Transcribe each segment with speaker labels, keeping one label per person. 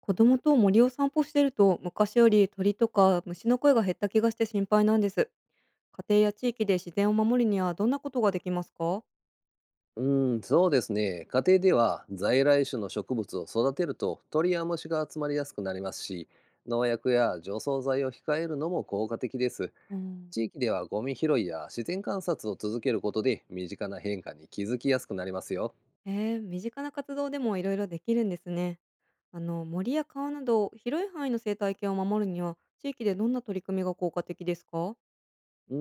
Speaker 1: 子供と森を散歩してると昔より鳥とか虫の声が減った気がして心配なんです。家庭や地域で自然を守るにはどんなことができますか？
Speaker 2: うん、そうですね。家庭では在来種の植物を育てると鳥や虫が集まりやすくなりますし、農薬や除草剤を控えるのも効果的です。
Speaker 1: うん。
Speaker 2: 地域ではゴミ拾いや自然観察を続けることで身近な変化に気づきやすくなりますよ。
Speaker 1: へえ、身近な活動でもいろいろできるんですね。あの、森や川など広い範囲の生態系を守るには地域でどんな取り組みが効果的ですか？
Speaker 2: う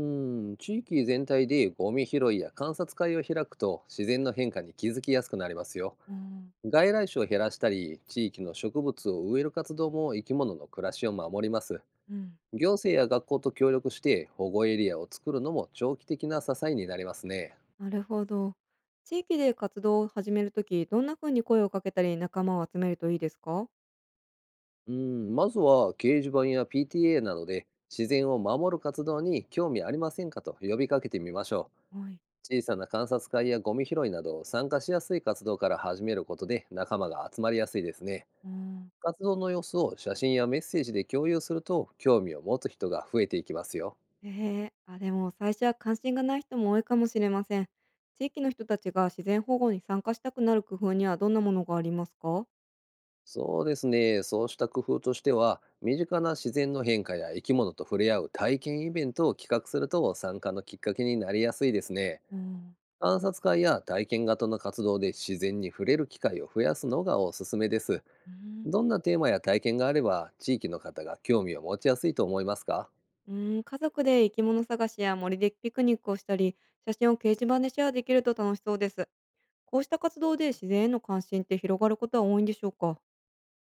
Speaker 2: ん、地域全体でゴミ拾いや観察会を開くと自然の変化に気づきやすくなりますよ。
Speaker 1: うん。
Speaker 2: 外来種を減らしたり、地域の植物を植える活動も生き物の暮らしを守ります。
Speaker 1: うん。
Speaker 2: 行政や学校と協力して保護エリアを作るのも長期的な支えになりますね。
Speaker 1: なるほど。地域で活動を始めるとき、どんな風に声をかけたり仲間を集めるといいですか？
Speaker 2: うん、まずは掲示板や PTA などで自然を守る活動に興味ありませんかと呼びかけてみましょ
Speaker 1: はい。
Speaker 2: う。小さな観察会やゴミ拾いなど参加しやすい活動から始めることで仲間が集まりやすいですね。
Speaker 1: うん。
Speaker 2: 活動の様子を写真やメッセージで共有すると興味を持つ人が増えていきますよ。
Speaker 1: ええ、あ、でも最初は関心がない人も多いかもしれません。地域の人たちが自然保護に参加したくなる工夫にはどんなものがありますか？
Speaker 2: そうですね。そうした工夫としては、身近な自然の変化や生き物と触れ合う体験イベントを企画すると参加のきっかけになりやすいですね。
Speaker 1: うん。
Speaker 2: 観察会や体験型の活動で自然に触れる機会を増やすのがおすすめです。
Speaker 1: うん。
Speaker 2: どんなテーマや体験があれば、地域の方が興味を持ちやすいと思いますか？
Speaker 1: うーん、家族で生き物探しや森でピクニックをしたり、写真を掲示板でシェアできると楽しそうです。こうした活動で自然への関心って広がることは多いんでしょうか？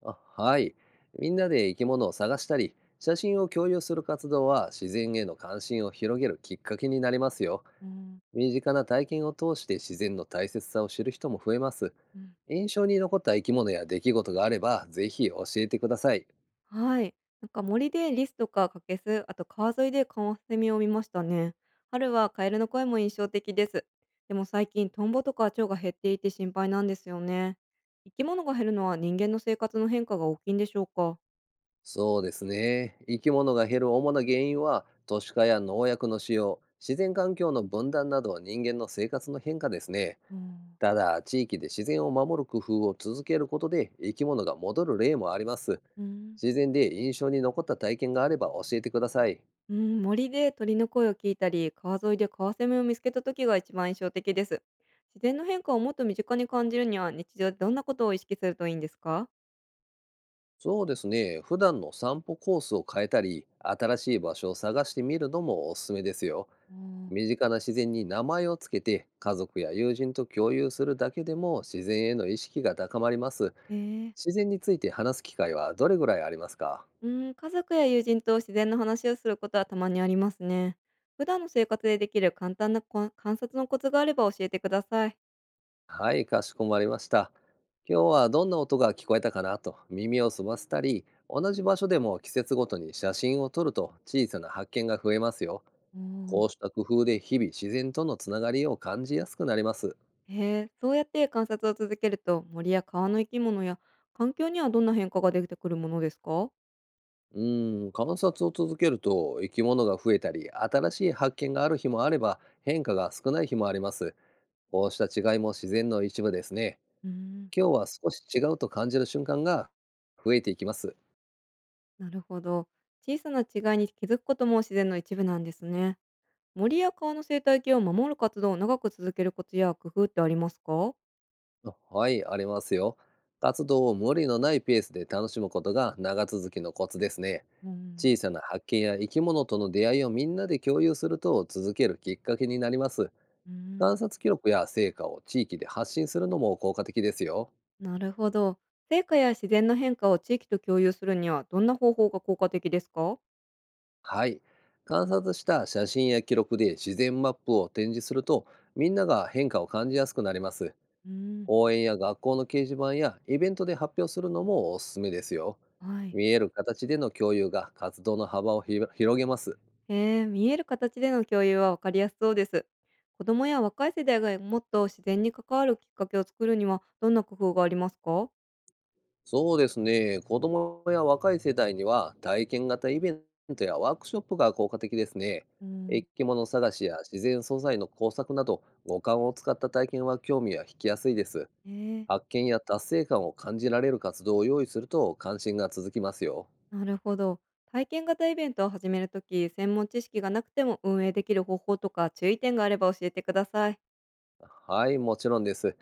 Speaker 2: あ、はい。みんなで生き物を探したり、写真を共有する活動は自然への関心を広げるきっかけになりますよ。
Speaker 1: うん。
Speaker 2: 身近な体験を通して自然の大切さを知る人も増えます。
Speaker 1: うん。
Speaker 2: 印象に残った生き物や出来事があれば、ぜひ教えてください。
Speaker 1: はい。なんか森でリスとかカケス、あと川沿いでカワセミを見ましたね。春はカエルの声も印象的です。でも最近トンボとか蝶が減っていて心配なんですよね。生き物が減るのは人間の生活の変化が大きいんでしょうか。
Speaker 2: そうですね。生き物が減る主な原因は、都市化や農薬の使用、自然環境の分断など人間の生活の変化ですね。
Speaker 1: うん。
Speaker 2: ただ、地域で自然を守る工夫を続けることで生き物が戻る例もあります。
Speaker 1: うん。
Speaker 2: 自然で印象に残った体験があれば教えてください。
Speaker 1: うん、森で鳥の声を聞いたり、川沿いでカワセミを見つけた時が一番印象的です。自然の変化をもっと身近に感じるには日常でどんなことを意識するといいんですか？
Speaker 2: そうですね。普段の散歩コースを変えたり、新しい場所を探してみるのもおすすめですよ。
Speaker 1: うん。
Speaker 2: 身近な自然に名前をつけて、家族や友人と共有するだけでも自然への意識が高まります。
Speaker 1: ええ。
Speaker 2: 自然について話す機会はどれぐらいありますか？
Speaker 1: うーん、家族や友人と自然の話をすることはたまにありますね。普段の生活でできる簡単なこ観察のコツがあれば教えてください。
Speaker 2: はい、かしこまりました。今日はどんな音が聞こえたかなと耳を澄ませたり、同じ場所でも季節ごとに写真を撮ると小さな発見が増えますよ。
Speaker 1: おー。
Speaker 2: こうした工夫で日々自然とのつながりを感じやすくなります。
Speaker 1: へえ、そうやって観察を続けると森や川の生き物や環境にはどんな変化が出てくるものですか？
Speaker 2: うーん、観察を続けると生き物が増えたり、新しい発見がある日もあれば、変化が少ない日もあります。こうした違いも自然の一部ですね。
Speaker 1: うーん。
Speaker 2: 今日は少し違うと感じる瞬間が増えていきます。
Speaker 1: なるほど。小さな違いに気づくことも自然の一部なんですね。森や川の生態系を守る活動を長く続けるコツや工夫ってありますか？
Speaker 2: あ、はい、ありますよ。活動を無理のないペースで楽しむことが長続きのコツですね。
Speaker 1: うん。
Speaker 2: 小さな発見や生き物との出会いをみんなで共有すると続けるきっかけになります。
Speaker 1: うーん。
Speaker 2: 観察記録や成果を地域で発信するのも効果的ですよ。
Speaker 1: なるほど。成果や自然の変化を地域と共有するにはどんな方法が効果的ですか？
Speaker 2: はい。観察した写真や記録で自然マップを展示すると、みんなが変化を感じやすくなります。
Speaker 1: うん。
Speaker 2: 応援や学校の掲示板やイベントで発表するのもおすすめですよ。
Speaker 1: はい。
Speaker 2: 見える形での共有が活動の幅を広げます。
Speaker 1: へえ、見える形での共有は分かりやすそうです。子供や若い世代がもっと自然に関わるきっかけを作るにはどんな工夫がありますか？
Speaker 2: そうですね。子供や若い世代には体験型イベントやワークショップが効果的ですね。
Speaker 1: うん。
Speaker 2: 生き物探しや自然素材の工作など五感を使った体験は興味が引きやすいです。
Speaker 1: へえ。
Speaker 2: 発見や達成感を感じられる活動を用意すると関心が続きますよ。
Speaker 1: なるほど。体験型イベントを始めるとき、専門知識がなくても運営できる方法とか注意点があれば教えてください。
Speaker 2: はい、もちろんです。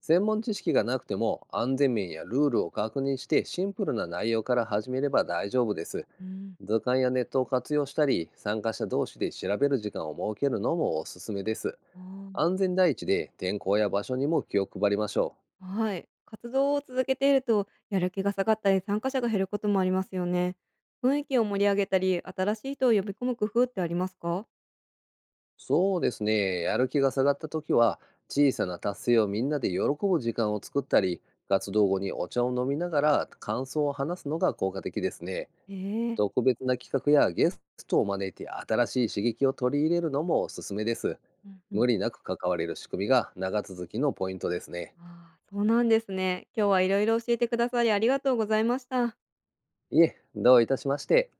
Speaker 2: 専門知識がなくても安全面やルールを確認してシンプルな内容から始めれば大丈夫です。
Speaker 1: うん。
Speaker 2: 図鑑やネットを活用したり、参加者同士で調べる時間を設けるのもおすすめです。
Speaker 1: あー。
Speaker 2: 安全第一で天候や場所にも気を配りましょう。
Speaker 1: はい。活動を続けていると、やる気が下がったり、参加者が減ることもありますよね。雰囲気を盛り上げたり、新しい人を呼び込む工夫ってありますか？
Speaker 2: そうですね、やる気が下がった時は、小さな達成をみんなで喜ぶ時間を作ったり、活動後にお茶を飲みながら感想を話すのが効果的ですね。
Speaker 1: ええ。
Speaker 2: 特別な企画やゲストを招いて新しい刺激を取り入れるのもおすすめです。
Speaker 1: うんうん。
Speaker 2: 無理なく関われる仕組みが長続きのポイントですね。
Speaker 1: ああー、そうなんですね。今日はいろいろ教えてくださりありがとうございました。
Speaker 2: いえ、どういたしまして。